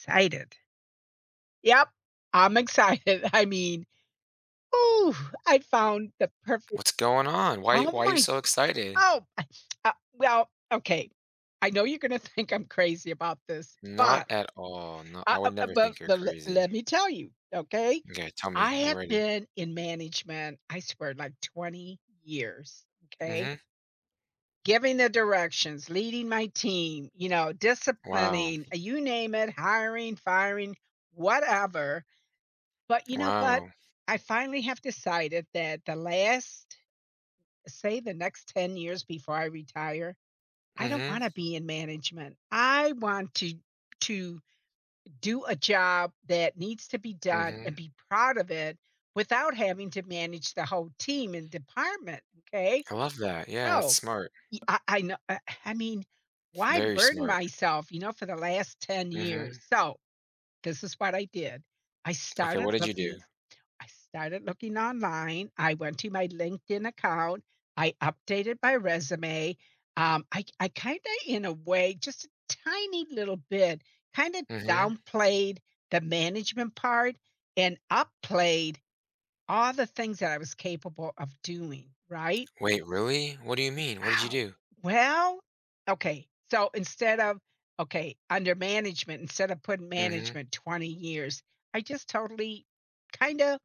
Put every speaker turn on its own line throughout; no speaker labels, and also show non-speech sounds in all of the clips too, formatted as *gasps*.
Excited. Yep, I'm excited. *laughs* I mean, ooh, I found the perfect
What's going on? Why
oh
why are you
my
so excited?
oh, *laughs* I- okay. I know you're gonna *laughs* think I'm crazy about this,
Not at all. No, I would never think you're
but le
crazy.
let me tell you, okay?
Okay, tell
I
me. I'm
have
ready.
been in management, I swear, like 20 years, okay?
Mhm.
Giving the directions, leading my team, you know,
Wow.
disciplining, you name it, hiring, firing, whatever. But you know what?
Wow.
I finally have decided that the last, say, the next 10 years before I retire, I don't
Mhm.
want to be in management. I want to to do a job that needs to be done
Mhm.
and be proud of it without having to manage the whole team and department. Okay.
I love that. Yeah, that's
No,
smart.
I know. I mean, why
Very
burden
smart.
myself, you know, for the last 10 years?
Mhm.
So this is what I did. I
Okay,
started
what did you do?
looking I started looking online. I went to my LinkedIn account. I updated my resume. I kind of, in a way, just a tiny little bit, kind of
Mhm.
downplayed the management part and upplayed all the things that I was capable of doing, right?
Wait, really? What do you mean? What did you
Ah,
do?
Well, okay. Okay, under management, instead of putting
Mhm.
management 20 years, I just totally kind of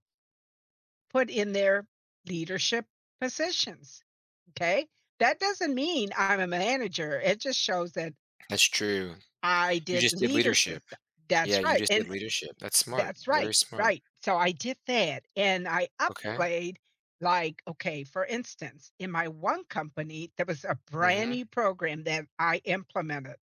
put in their leadership positions, okay? That doesn't mean I'm a manager, it just shows that
That's true.
I
You
did
just did
leadership
leadership.
th
Yeah,
That's
you
right,
just did
and
leadership. That's smart. Very smart.
so I did that, and I
Okay.
upplayed, like, okay, for instance, in my one company, there was a brand
Mhm.
new program that I implemented.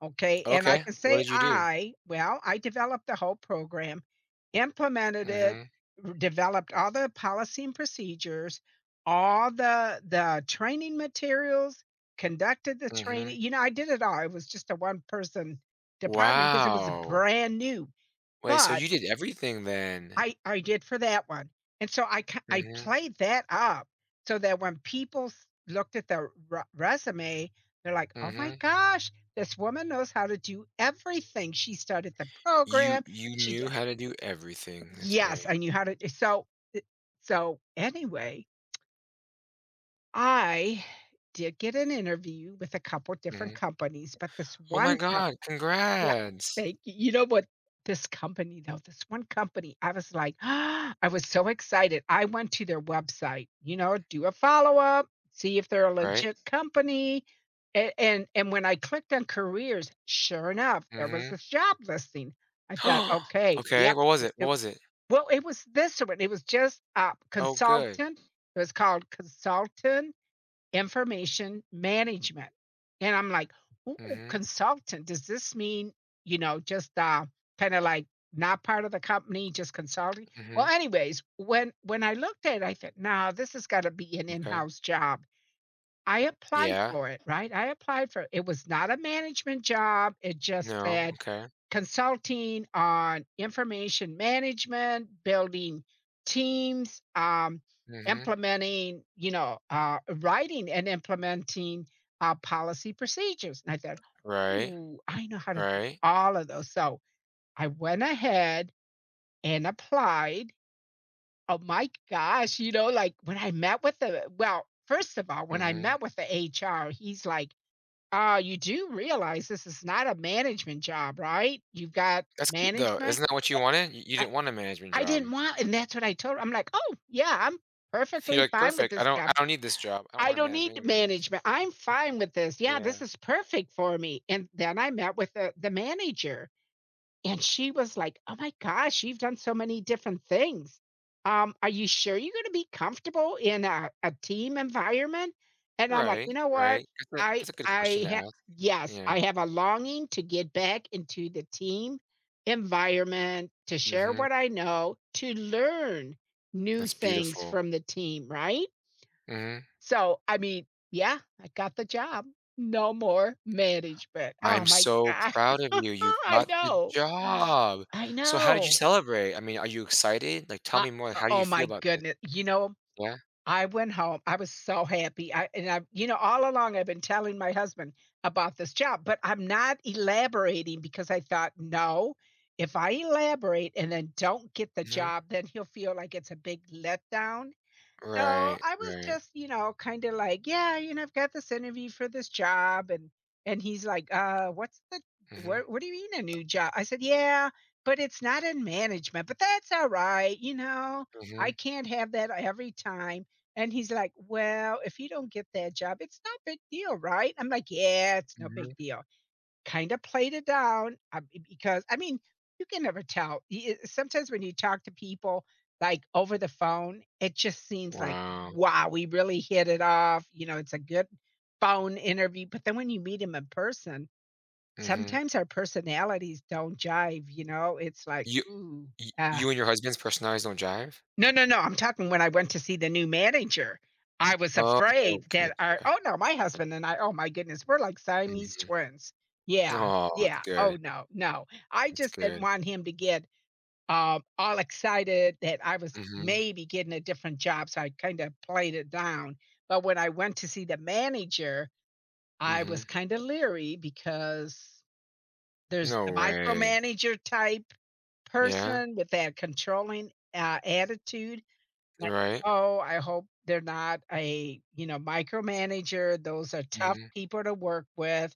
Okay, and I
Okay.
can
What
say
did you do?
I well, I developed the whole program, implemented it,
Mhm.
r developed all the policy and procedures, all the training materials, conducted the
Mhm.
training. You know, I did it all. It was just a one-person department because it was
Wow.
brand new,
Wait, so
but
you did everything then?
I did for that one, and so I
Mhm,
played that up so that when people s looked at the re resume, they're like, "Oh my
mhm.
gosh, this woman knows how to do everything. She started the
You
program,
you
she
knew
di."
how to do everything, that's
Yes,
right.
I knew how to so I so anyway, I did get an interview with a couple different
Mhm.
companies, but this
Oh my
one co
god,
yeah.
congrats.
Thank you. You know what? This company, though, this one company, I was like, *gasps* I was so excited. I went to their website, you know, do a follow up, see if they're a
Right?
legit company. And, and when I clicked on careers, sure enough, there was
Mhm.
this job listing. I thought,
*gasps*
okay,
Okay,
yep.
what was it? What was it?
It was this one. It was just
Oh, good.
consultant. It was called consultant information management. And I'm like, ooh,
Mhm,
consultant. Does this mean, you know, just kind of like not part of the company, just consulting? Well,
mhm.
anyways, when I looked at it, I thought, no, this has got to be an
Okay.
in-house job. I applied
Yeah.
for it, right? I applied for it. It was not a management job, it just
No,
said
okay.
consulting on information management, building teams,
Mhm.
implementing, you know, writing and implementing, policy procedures, and I thought,
Right,
"Ooh, I know how to do
right.
all of those," so I went ahead and applied. Oh my gosh, you know, like, when I met with the well, first of all, when I
Mhm.
met with the HR, he's like, "Ah, you do realize this is not a management job, right? You've got
That's good though.
management."
Isn't that what you wanted? You
I
didn't want a management
I
job.
didn't want And that's what I told her. I'm like, "Oh, yeah, I'm
*laughs* You're
perfectly
like,
fine with
"Perfect. I
this
don't I
job.
don't need this job. I don't
I
wanna
don't
manage
need
anyways."
management. I'm fine with this. Yeah, this
Yeah.
is perfect for me." And then I met with the manager and she was like, "Oh my gosh, you've done so many different things. Are you sure you're gonna be comfortable in a team environment?" And I'm like,
Right,
"You know what?
right. That's a that's a good question
I
to
ha
ask.
yes,
Yeah,
I have a longing to get back into the team environment, to share
mhm,
what I know, to learn new
that's
things
beautiful,
from the team, right?"
mhm.
So, I mean, yeah, I got the job. No more management. Oh
I'm
my
so
gosh.
proud of you,
*laughs*
you
I
got the
know.
job.
I
So how did you
know.
celebrate? I mean, are you excited? Like, tell
I
me more. Like,
o
how do you
Oh
feel
my
about this?
goodness! You know,
Yeah?
I went home, I was so happy, I and I you know, all along, I've been telling my husband about this job, but I'm not elaborating because I thought, "No, if I elaborate and then don't get the
Mhm.
job, then he'll feel like it's a big letdown," so
Right,
I was
right.
just, you know, kind of like, yeah, you know, I've got this interview for this job, and he's like,
Mhm,
what? What do you mean a new job? I said, yeah, but it's not in management, but that's all right, you know, I
mhm,
can't have that every time. And he's like, well, if you don't get that job, it's not a big deal, right? I'm like, yeah, it's no
mhm.
big deal. Kinda played it down, b because I mean, you can never tell. Y I Sometimes when you talk to people, like, over the phone, it just seems like,
Wow,
"Wow, we really hit it off," you know, it's a good phone interview, but then when you meet him in person,
mhm.
sometimes our personalities don't jive, you know? It's like,
You y
Uh"
you and your husband's personalities don't jive?
No, no, no, I'm talking when I went to see the new manager, I was
Oh,
afraid that
gotcha.
no, my husband and I, oh my goodness, we're like Siamese
Mhm.
twins. Yeah,
Oh, that's
yeah,
good,
oh, no, no. I
that's
just didn't
good.
want him to get, all excited that I was
Mhm,
maybe getting a different job, so I kinda played it down, but when I went to see the manager, I
mhm.
was kinda leery because there's
No
the
way.
micromanager type
Yeah,
person with that controlling, attitude, like,
right?
oh, I hope they're not a, you know, micromanager. Those are tough
Mhm.
people to work with.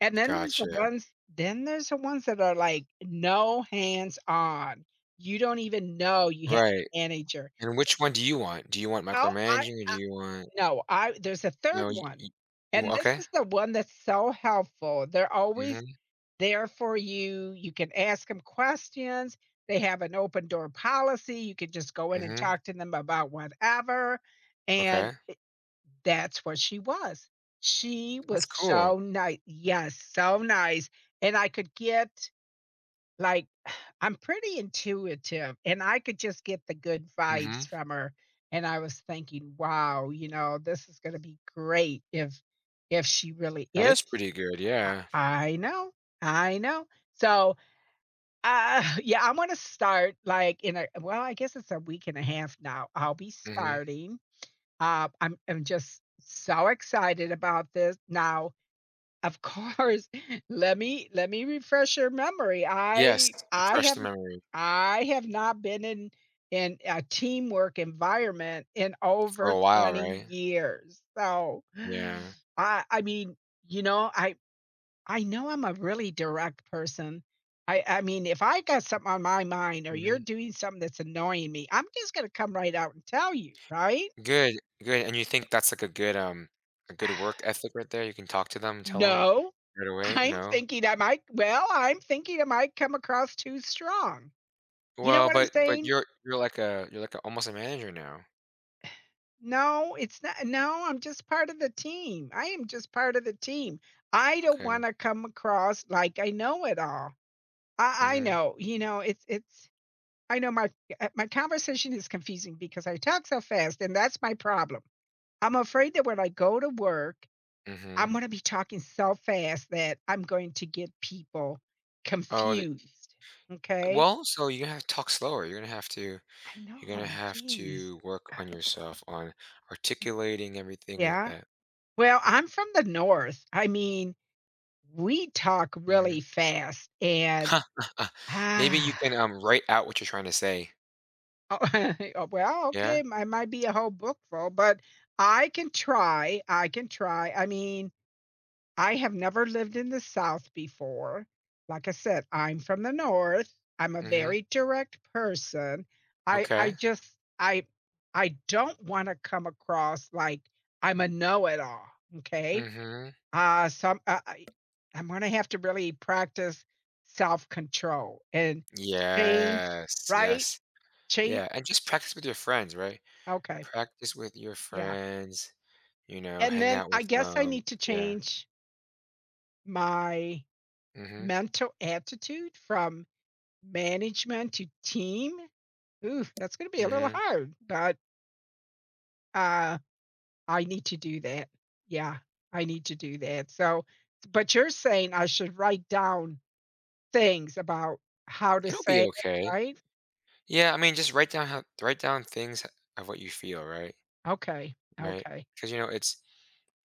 And
Gotcha.
then there's the ones that are like no hands on. You don't even know you have
Right.
a manager.
And which one do you want? Do you want
Well, I
micromanaging or do you want?
No, I there's a third
No, y y
one. And
you
this
okay.
is the one that's so helpful. They're always
Mhm,
there for you. You can ask them questions. They have an open door policy. You can just go in and
mhm,
talk to them about whatever. And
okay.
That's what she was. She
That's
was
cool.
so nice, yes, so nice, and I could get, like *sighs* I'm pretty intuitive, and I could just get the good vibes
Mhm.
from her, and I was thinking, "Wow, you know, this is gonna be great if she really
That is
is."
pretty good, yeah.
I know, I know. So, *laughs* *sighs* yeah, I'm gonna start, I guess it's a week and a half now. I'll be
Mhm.
starting. I'm just so excited about this. Now, of course, *laughs* let me refresh your memory.
Yes, refresh the memory
I have not been in a teamwork environment in
for
over
a while,
20
right?
years. So,
Yeah.
I I mean, you know, I know I'm a really direct person. I mean, if I got something on my mind or you're
Mhm.
doing something that's annoying me, I'm just going to come right out and tell you, right?
Good, good, and you think that's, like, a good, um, a good work ethic right there? You can talk to them and tell them
No,
right away?
I'm
No?
thinking I might well, I'm thinking I might come across too strong. You know
Well,
what I'm
but
saying?
you're like a you're like a almost a manager now.
No, it's not No, I'm just part of the team. I am just part of the team. I don't
Okay.
wanna come across like I know it all.
Mhm,
You know, it's I know my my conversation is confusing because I talk so fast, and that's my problem. I'm afraid that when I go to work,
mhm.
I'm gonna be talking so fast that I'm going to get people
Oh, the
confused, okay?
well, so you're gonna have to talk slower. You're gonna have to.
I
You're gonna
know,
have
geez.
to work on yourself, on articulating everything like
Yeah.
that.
Well, I'm from the North. I mean, we talk
Mhm.
really fast and,
Maybe you
ah,
can, write out what you're trying to say.
*laughs* oh, *laughs* well,
Yeah?
okay, I might be a whole book full, but I can try, I can try. I mean, I have never lived in the South before. Like I said, I'm from the North. I'm a
Mhm.
very direct person. I
Okay.
just I I don't wanna come across like I'm a know-it-all. Okay.
Mhm.
Some I I'm gonna have to really practice self-control and change,
Yes,
right?
yes.
Change
Yeah, and just practice with your friends, right?
Okay,
Practice with your
yeah.
friends, you know,
And
hang
then
out
I
with
guess I
them.
need to
Yeah.
change my
Mhm,
mental attitude from management to team. Ooh, that's gonna be a little
mhm.
hard, but, uh, I need to do that. Yeah, I need to do that. So but you're saying I should write down things about how to
It'll be
say it,
okay.
right?
Yeah, I mean, just write down how, write down things of what you feel, right?
Okay,
Right,
okay.
because you know, it's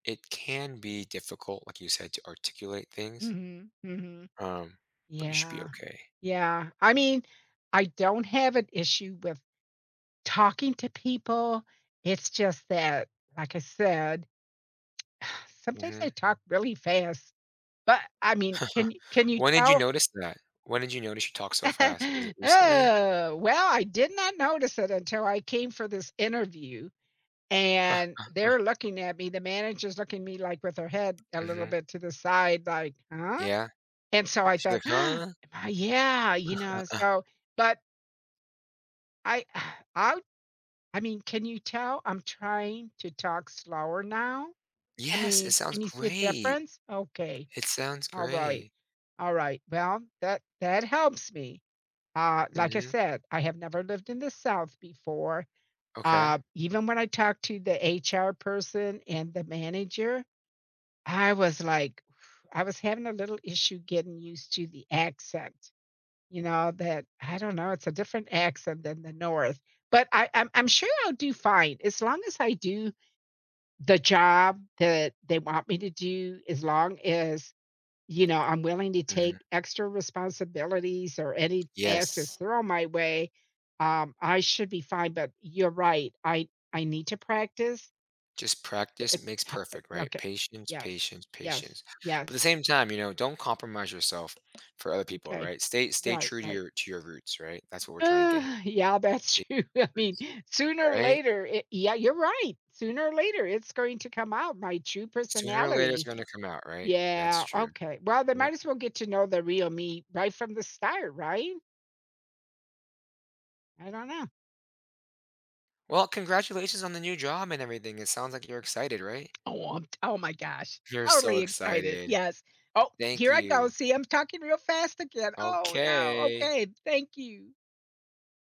it can be difficult, like you said, to articulate things,
Mhm, mhm.
um, but you should be
Yeah,
okay.
yeah. I mean, I don't have an issue with talking to people. It's just that, like I said, *sighs* sometimes
Mhm.
I talk really fast. But, I mean,
*laughs*
can you
When did you
tell?
notice that? When did you notice you talk so fast? Was it
*laughs*
recently?
Oh, well, I did not notice it until I came for this interview, and they're
*laughs*
looking at me, the manager's looking at me, like, with her head a little
mhm.
bit to the side, like, "Huh?"
Yeah.
And so I
She's
thought,
like,
*gasps* "Am
"Huh?
I" yeah, you
Uh,
know,
uh."
so but I *sighs* I I mean, can you tell I'm trying to talk slower now? I
Yes, it
mean,
sounds
can you see a
great.
difference? Okay.
It sounds
All right.
great.
All right. Well, that helps me. Like I
Mhm.
said, I have never lived in the South before.
Okay.
Even when I talked to the HR person and the manager, I was like *sighs* I was having a little issue getting used to the accent. You know, that I don't know, it's a different accent than the North, but I'm sure I'll do fine as long as I do the job that they want me to do, as long as, you know, I'm willing to
Mhm.
take extra responsibilities or any task that's
Yes.
thrown my way, I should be fine, but you're right, I need to practice.
Just
D
practice makes
t uh,
perfect, right?
okay.
Patience,
Yes.
patience,
Yes.
patience. But at
Yes.
the same time, you know, don't compromise yourself for other people,
Okay.
right? Stay
Right,
true to
right.
your roots, right? That's what we're
*sighs*
trying to get here.
Yeah, that's
Stay
true. *laughs* I
true to your
mean,
roots,
sooner or
right?
later, it, yeah, you're right. Sooner or later, it's going to come out, my true
Sooner or later it's
personality.
gonna come out, right? That's
Yeah,
true.
okay. Well, they
Yeah.
might as well get to know the real me right from the start, right? I don't know.
Well, congratulations on the new job and everything. It sounds like you're excited, right?
Oh my gosh.
You're so
Totally excited.
excited.
Yes. Oh,
Thank
here I go.
you.
See, I'm talking real fast again. Oh, no.
Okay.
Okay. Thank you.